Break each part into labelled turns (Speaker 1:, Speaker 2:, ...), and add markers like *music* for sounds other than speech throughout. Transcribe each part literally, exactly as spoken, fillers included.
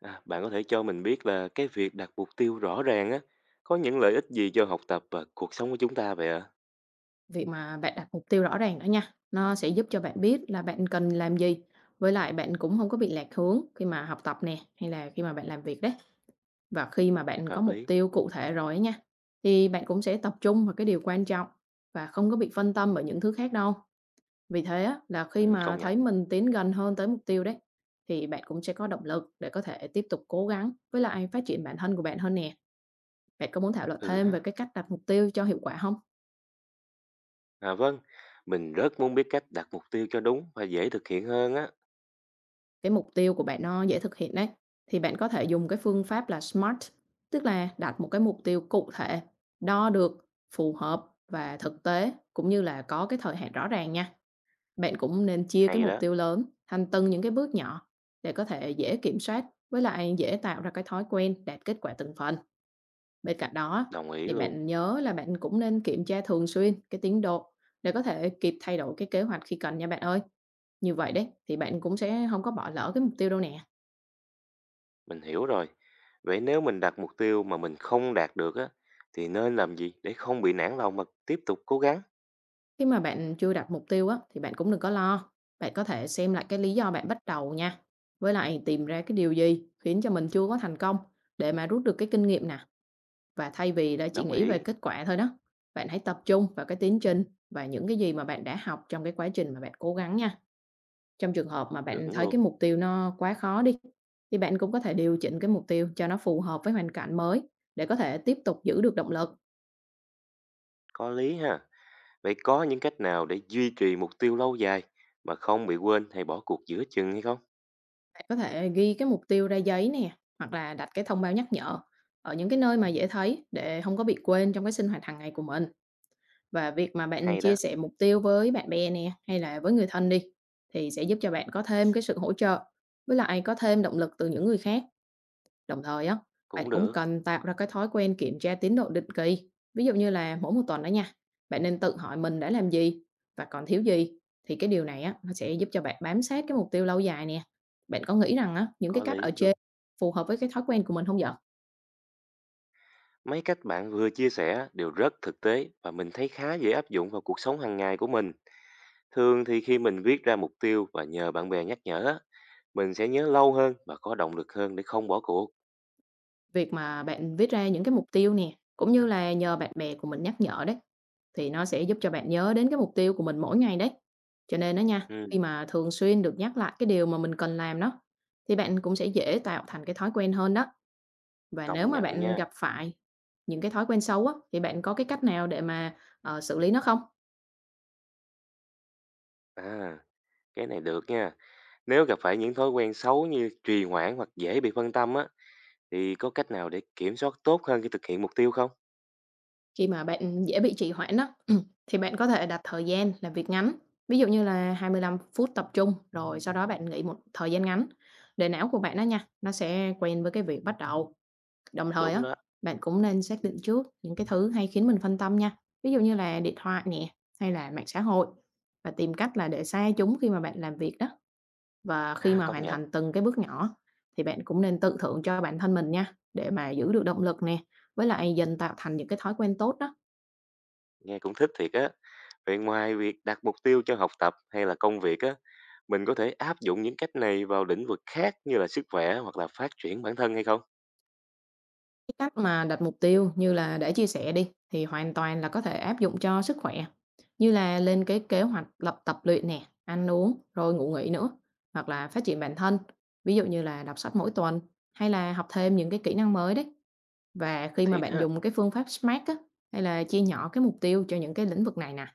Speaker 1: À, bạn có thể cho mình biết là cái việc đặt mục tiêu rõ ràng á, có những lợi ích gì cho học tập và cuộc sống của chúng ta vậy ạ?
Speaker 2: Việc mà bạn đặt mục tiêu rõ ràng đó nha, nó sẽ giúp cho bạn biết là bạn cần làm gì. Với lại bạn cũng không có bị lạc hướng khi mà học tập nè, hay là khi mà bạn làm việc đấy. Và khi mà bạn có
Speaker 1: Hợp
Speaker 2: mục
Speaker 1: lý.
Speaker 2: tiêu cụ thể rồi ấy nha, thì bạn cũng sẽ tập trung vào cái điều quan trọng và không có bị phân tâm bởi những thứ khác đâu. Vì thế á, là khi
Speaker 1: Ừ,
Speaker 2: mà
Speaker 1: công
Speaker 2: thấy
Speaker 1: nhận.
Speaker 2: mình tiến gần hơn tới mục tiêu đấy, thì bạn cũng sẽ có động lực để có thể tiếp tục cố gắng với lại phát triển bản thân của bạn hơn nè. Bạn có muốn thảo luận
Speaker 1: Ừ
Speaker 2: thêm về
Speaker 1: ha.
Speaker 2: cái cách đặt mục tiêu cho hiệu quả không?
Speaker 1: À vâng, mình rất muốn biết cách đặt mục tiêu cho đúng và dễ thực hiện hơn á.
Speaker 2: Cái mục tiêu của bạn nó dễ thực hiện đấy. Thì bạn có thể dùng cái phương pháp là SMART, tức là đặt một cái mục tiêu cụ thể, đo được, phù hợp và thực tế cũng như là có cái thời hạn rõ ràng nha. Bạn cũng nên chia cái
Speaker 1: Hay
Speaker 2: mục
Speaker 1: đó,
Speaker 2: tiêu lớn thành từng những cái bước nhỏ để có thể dễ kiểm soát với lại dễ tạo ra cái thói quen đạt kết quả từng phần. Bên cạnh đó
Speaker 1: đồng ý
Speaker 2: thì
Speaker 1: luôn.
Speaker 2: bạn nhớ là bạn cũng nên kiểm tra thường xuyên cái tiến độ để có thể kịp thay đổi cái kế hoạch khi cần nha bạn ơi. Như vậy đấy thì bạn cũng sẽ không có bỏ lỡ cái mục tiêu đâu nè.
Speaker 1: Mình hiểu rồi. Vậy nếu mình đặt mục tiêu mà mình không đạt được á, thì nên làm gì để không bị nản lòng mà tiếp tục cố gắng?
Speaker 2: Khi mà bạn chưa đặt mục tiêu á, thì bạn cũng đừng có lo. Bạn có thể xem lại cái lý do bạn bắt đầu nha. Với lại tìm ra cái điều gì khiến cho mình chưa có thành công để mà rút được cái kinh nghiệm nè. Và thay vì là chỉ
Speaker 1: Đồng
Speaker 2: nghĩ về
Speaker 1: ý.
Speaker 2: kết quả thôi đó, bạn hãy tập trung vào cái tiến trình và những cái gì mà bạn đã học trong cái quá trình mà bạn cố gắng nha. Trong trường hợp mà bạn
Speaker 1: Chuẩn
Speaker 2: thấy cái
Speaker 1: luôn.
Speaker 2: mục tiêu nó quá khó đi, thì bạn cũng có thể điều chỉnh cái mục tiêu cho nó phù hợp với hoàn cảnh mới để có thể tiếp tục giữ được động lực.
Speaker 1: Có lý ha. Vậy có những cách nào để duy trì mục tiêu lâu dài mà không bị quên hay bỏ cuộc giữa chừng hay không?
Speaker 2: Bạn có thể ghi cái mục tiêu ra giấy nè, hoặc là đặt cái thông báo nhắc nhở ở những cái nơi mà dễ thấy để không có bị quên trong cái sinh hoạt hàng ngày của mình. Và việc mà bạn
Speaker 1: Hay
Speaker 2: chia
Speaker 1: đó,
Speaker 2: sẻ mục tiêu với bạn bè nè hay là với người thân đi thì sẽ giúp cho bạn có thêm cái sự hỗ trợ với lại có thêm động lực từ những người khác. Đồng thời á, bạn
Speaker 1: cũng
Speaker 2: cũng
Speaker 1: được,
Speaker 2: cần tạo ra cái thói quen kiểm tra tiến độ định kỳ. Ví dụ như là mỗi một tuần đó nha, bạn nên tự hỏi mình đã làm gì và còn thiếu gì. Thì cái điều này á, nó sẽ giúp cho bạn bám sát cái mục tiêu lâu dài nè. Bạn có nghĩ rằng á, những cái
Speaker 1: có
Speaker 2: cách
Speaker 1: lý
Speaker 2: ở trên
Speaker 1: luôn.
Speaker 2: phù hợp với cái thói quen của mình không vậy?
Speaker 1: Mấy cách bạn vừa chia sẻ đều rất thực tế và mình thấy khá dễ áp dụng vào cuộc sống hàng ngày của mình. Thường thì khi mình viết ra mục tiêu và nhờ bạn bè nhắc nhở, á, mình sẽ nhớ lâu hơn và có động lực hơn để không bỏ cuộc.
Speaker 2: Việc mà bạn viết ra những cái mục tiêu nè, cũng như là nhờ bạn bè của mình nhắc nhở đấy, thì nó sẽ giúp cho bạn nhớ đến cái mục tiêu của mình mỗi ngày đấy. Cho nên đó nha,
Speaker 1: Ừ,
Speaker 2: khi mà thường xuyên được nhắc lại cái điều mà mình cần làm đó, thì bạn cũng sẽ dễ tạo thành cái thói quen hơn đó. Và nếu
Speaker 1: công
Speaker 2: mà
Speaker 1: nhận
Speaker 2: bạn
Speaker 1: nha.
Speaker 2: gặp phải những cái thói quen xấu á, thì bạn có cái cách nào để mà, ờ, xử lý nó không?
Speaker 1: À, cái này được nha. Nếu gặp phải những thói quen xấu như trì hoãn hoặc dễ bị phân tâm á, thì có cách nào để kiểm soát tốt hơn khi thực hiện mục tiêu không?
Speaker 2: Khi mà bạn dễ bị trì hoãn đó, *clears throat* thì bạn có thể đặt thời gian làm việc ngắn, ví dụ như là hai mươi lăm phút tập trung, rồi sau đó bạn nghỉ một thời gian ngắn để não của bạn á nha, nó sẽ quen với cái việc bắt đầu. Đồng thời
Speaker 1: Đúng
Speaker 2: á,
Speaker 1: đó.
Speaker 2: bạn cũng nên xác định trước những cái thứ hay khiến mình phân tâm nha, ví dụ như là điện thoại nè, hay là mạng xã hội và tìm cách là để xa chúng khi mà bạn làm việc đó. Và khi
Speaker 1: À,
Speaker 2: mà
Speaker 1: công
Speaker 2: hoàn
Speaker 1: nhận.
Speaker 2: thành từng cái bước nhỏ thì bạn cũng nên tự thưởng cho bản thân mình nha, để mà giữ được động lực nè, với lại dần tạo thành những cái thói quen tốt đó.
Speaker 1: Nghe cũng thích thiệt á. Vậy ngoài việc đặt mục tiêu cho học tập hay là công việc á, mình có thể áp dụng những cách này vào lĩnh vực khác như là sức khỏe hoặc là phát triển bản thân hay không?
Speaker 2: Cái cách mà đặt mục tiêu như là để chia sẻ đi thì hoàn toàn là có thể áp dụng cho sức khỏe, như là lên cái kế hoạch lập tập luyện nè, ăn uống rồi ngủ nghỉ nữa, hoặc là phát triển bản thân, ví dụ như là đọc sách mỗi tuần hay là học thêm những cái kỹ năng mới đấy. Và khi mà
Speaker 1: Thiệt
Speaker 2: bạn
Speaker 1: ha.
Speaker 2: dùng cái phương pháp SMART á, hay là chia nhỏ cái mục tiêu cho những cái lĩnh vực này nè,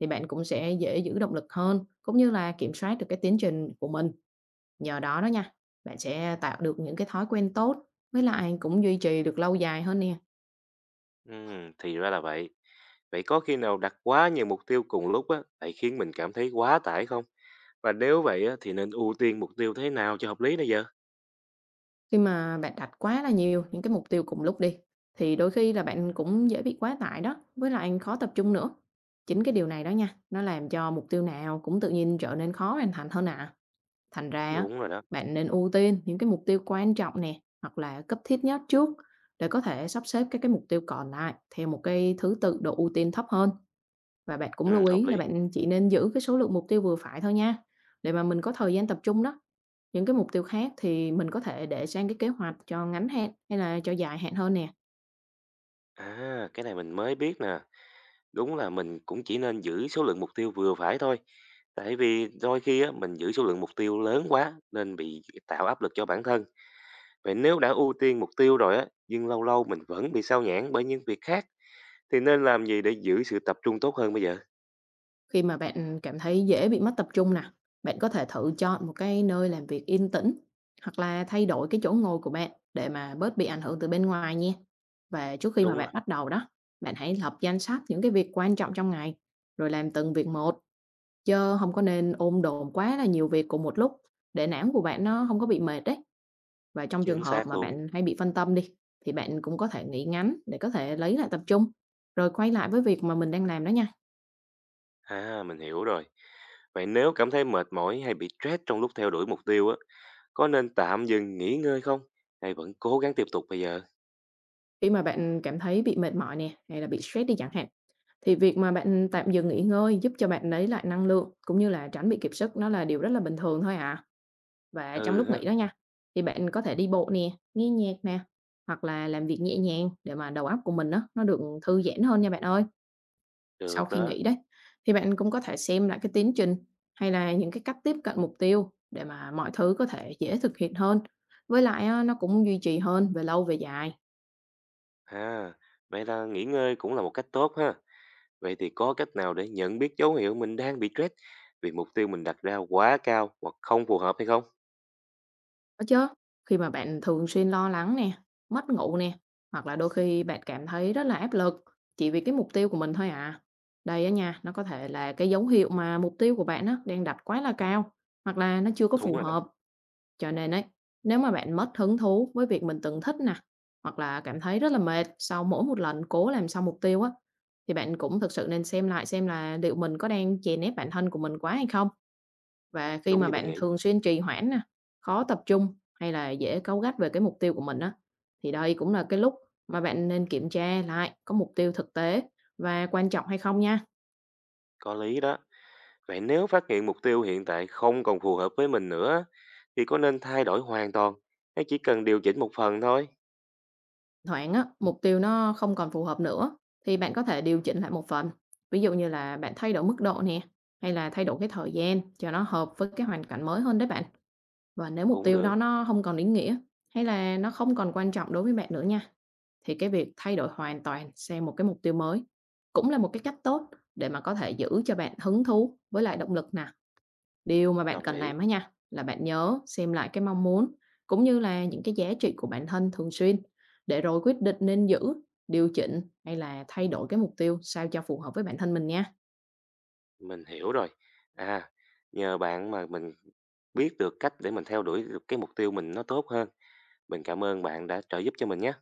Speaker 2: thì bạn cũng sẽ dễ giữ động lực hơn cũng như là kiểm soát được cái tiến trình của mình. Nhờ đó đó nha, bạn sẽ tạo được những cái thói quen tốt với lại cũng duy trì được lâu dài hơn nè.
Speaker 1: Ừm, thì ra là vậy. Vậy có khi nào đặt quá nhiều mục tiêu cùng lúc á, lại khiến mình cảm thấy quá tải không? Và nếu vậy á, thì nên ưu tiên mục tiêu thế nào cho hợp lý bây giờ?
Speaker 2: Khi mà bạn đặt quá là nhiều những cái mục tiêu cùng lúc đi, thì đôi khi là bạn cũng dễ bị quá tải đó, với lại khó tập trung nữa. Chính cái điều này đó nha, nó làm cho mục tiêu nào cũng tự nhiên trở nên khó hoàn thành hơn ạ. Thành ra á,
Speaker 1: Đúng rồi đó.
Speaker 2: bạn nên ưu tiên những cái mục tiêu quan trọng nè, hoặc là cấp thiết nhất trước để có thể sắp xếp các cái mục tiêu còn lại theo một cái thứ tự độ ưu tiên thấp hơn. Và bạn cũng
Speaker 1: Ừ,
Speaker 2: lưu
Speaker 1: hợp
Speaker 2: ý là
Speaker 1: lý.
Speaker 2: bạn chỉ nên giữ cái số lượng mục tiêu vừa phải thôi nha, để mà mình có thời gian tập trung đó. Những cái mục tiêu khác thì mình có thể để sang cái kế hoạch cho ngắn hạn hay là cho dài hạn hơn nè.
Speaker 1: À, cái này mình mới biết nè. Đúng là mình cũng chỉ nên giữ số lượng mục tiêu vừa phải thôi. Tại vì đôi khi á, mình giữ số lượng mục tiêu lớn quá nên bị tạo áp lực cho bản thân. Vậy nếu đã ưu tiên mục tiêu rồi á, nhưng lâu lâu mình vẫn bị sao nhãng bởi những việc khác, thì nên làm gì để giữ sự tập trung tốt hơn bây giờ?
Speaker 2: Khi mà bạn cảm thấy dễ bị mất tập trung nè, bạn có thể thử chọn một cái nơi làm việc yên tĩnh hoặc là thay đổi cái chỗ ngồi của bạn để mà bớt bị ảnh hưởng từ bên ngoài nha. Và trước khi mà
Speaker 1: Đúng
Speaker 2: bạn
Speaker 1: rồi,
Speaker 2: bắt đầu đó, bạn hãy lập danh sách những cái việc quan trọng trong ngày rồi làm từng việc một, chứ không có nên ôm đồm quá là nhiều việc cùng một lúc để não của bạn nó không có bị mệt đấy. Và trong trường
Speaker 1: chính
Speaker 2: hợp
Speaker 1: xác
Speaker 2: mà
Speaker 1: luôn.
Speaker 2: bạn hay bị phân tâm đi, thì bạn cũng có thể nghỉ ngắn để có thể lấy lại tập trung, rồi quay lại với việc mà mình đang làm đó nha.
Speaker 1: À, mình hiểu rồi. Vậy nếu cảm thấy mệt mỏi hay bị stress trong lúc theo đuổi mục tiêu á, có nên tạm dừng nghỉ ngơi không? Hay vẫn cố gắng tiếp tục bây giờ?
Speaker 2: Khi mà bạn cảm thấy bị mệt mỏi nè, hay là bị stress đi chẳng hạn, thì việc mà bạn tạm dừng nghỉ ngơi giúp cho bạn lấy lại năng lượng, cũng như là tránh bị kiệt sức nó là điều rất là bình thường thôi à. Và trong
Speaker 1: Ừ
Speaker 2: lúc
Speaker 1: ha,
Speaker 2: nghỉ đó nha, thì bạn có thể đi bộ nè, nghe nhạc nè, hoặc là làm việc nhẹ nhàng để mà đầu óc của mình á, nó được thư giãn hơn nha bạn ơi. Sau
Speaker 1: được
Speaker 2: khi
Speaker 1: đó.
Speaker 2: nghỉ đấy. Thì bạn cũng có thể xem lại cái tiến trình hay là những cái cách tiếp cận mục tiêu để mà mọi thứ có thể dễ thực hiện hơn. Với lại á, nó cũng duy trì hơn về lâu về dài.
Speaker 1: À, vậy là nghỉ ngơi cũng là một cách tốt ha. Vậy thì có cách nào để nhận biết dấu hiệu mình đang bị stress vì mục tiêu mình đặt ra quá cao hoặc không phù hợp hay không?
Speaker 2: Đó chứ, khi mà bạn thường xuyên lo lắng nè, mất ngủ nè, hoặc là đôi khi bạn cảm thấy rất là áp lực chỉ vì cái mục tiêu của mình thôi à. Đây á nha, nó có thể là cái dấu hiệu mà mục tiêu của bạn á, đang đặt quá là cao hoặc là nó chưa có
Speaker 1: Đúng
Speaker 2: phù
Speaker 1: rồi đó,
Speaker 2: hợp. Cho nên ấy, nếu mà bạn mất hứng thú với việc mình từng thích nè, hoặc là cảm thấy rất là mệt sau mỗi một lần cố làm xong mục tiêu á, thì bạn cũng thực sự nên xem lại xem là liệu mình có đang chèn ép bản thân của mình quá hay không. Và khi
Speaker 1: đúng
Speaker 2: mà
Speaker 1: như mình
Speaker 2: bạn
Speaker 1: nghĩ,
Speaker 2: thường xuyên trì hoãn nè, khó tập trung hay là dễ cáu gắt về cái mục tiêu của mình á, thì đây cũng là cái lúc mà bạn nên kiểm tra lại có mục tiêu thực tế và quan trọng hay không nha.
Speaker 1: có lý đó. Vậy nếu phát hiện mục tiêu hiện tại không còn phù hợp với mình nữa thì có nên thay đổi hoàn toàn hay chỉ cần điều chỉnh một phần thôi?
Speaker 2: Thoảng á, mục tiêu nó không còn phù hợp nữa thì bạn có thể điều chỉnh lại một phần. Ví dụ như là bạn thay đổi mức độ nè, hay là thay đổi cái thời gian cho nó hợp với cái hoàn cảnh mới hơn đấy bạn. Và nếu mục
Speaker 1: Cũng
Speaker 2: tiêu đó
Speaker 1: được,
Speaker 2: nó không còn ý nghĩa hay là nó không còn quan trọng đối với bạn nữa nha, thì cái việc thay đổi hoàn toàn sang một cái mục tiêu mới cũng là một cái cách tốt để mà có thể giữ cho bạn hứng thú với lại động lực nè. Điều mà bạn
Speaker 1: đồng
Speaker 2: cần
Speaker 1: ý,
Speaker 2: làm á nha, là bạn nhớ xem lại cái mong muốn cũng như là những cái giá trị của bản thân thường xuyên để rồi quyết định nên giữ, điều chỉnh hay là thay đổi cái mục tiêu sao cho phù hợp với bản thân mình nha.
Speaker 1: mình hiểu rồi. À, nhờ bạn mà mình biết được cách để mình theo đuổi được cái mục tiêu mình nó tốt hơn. Mình cảm ơn bạn đã trợ giúp cho mình nhé.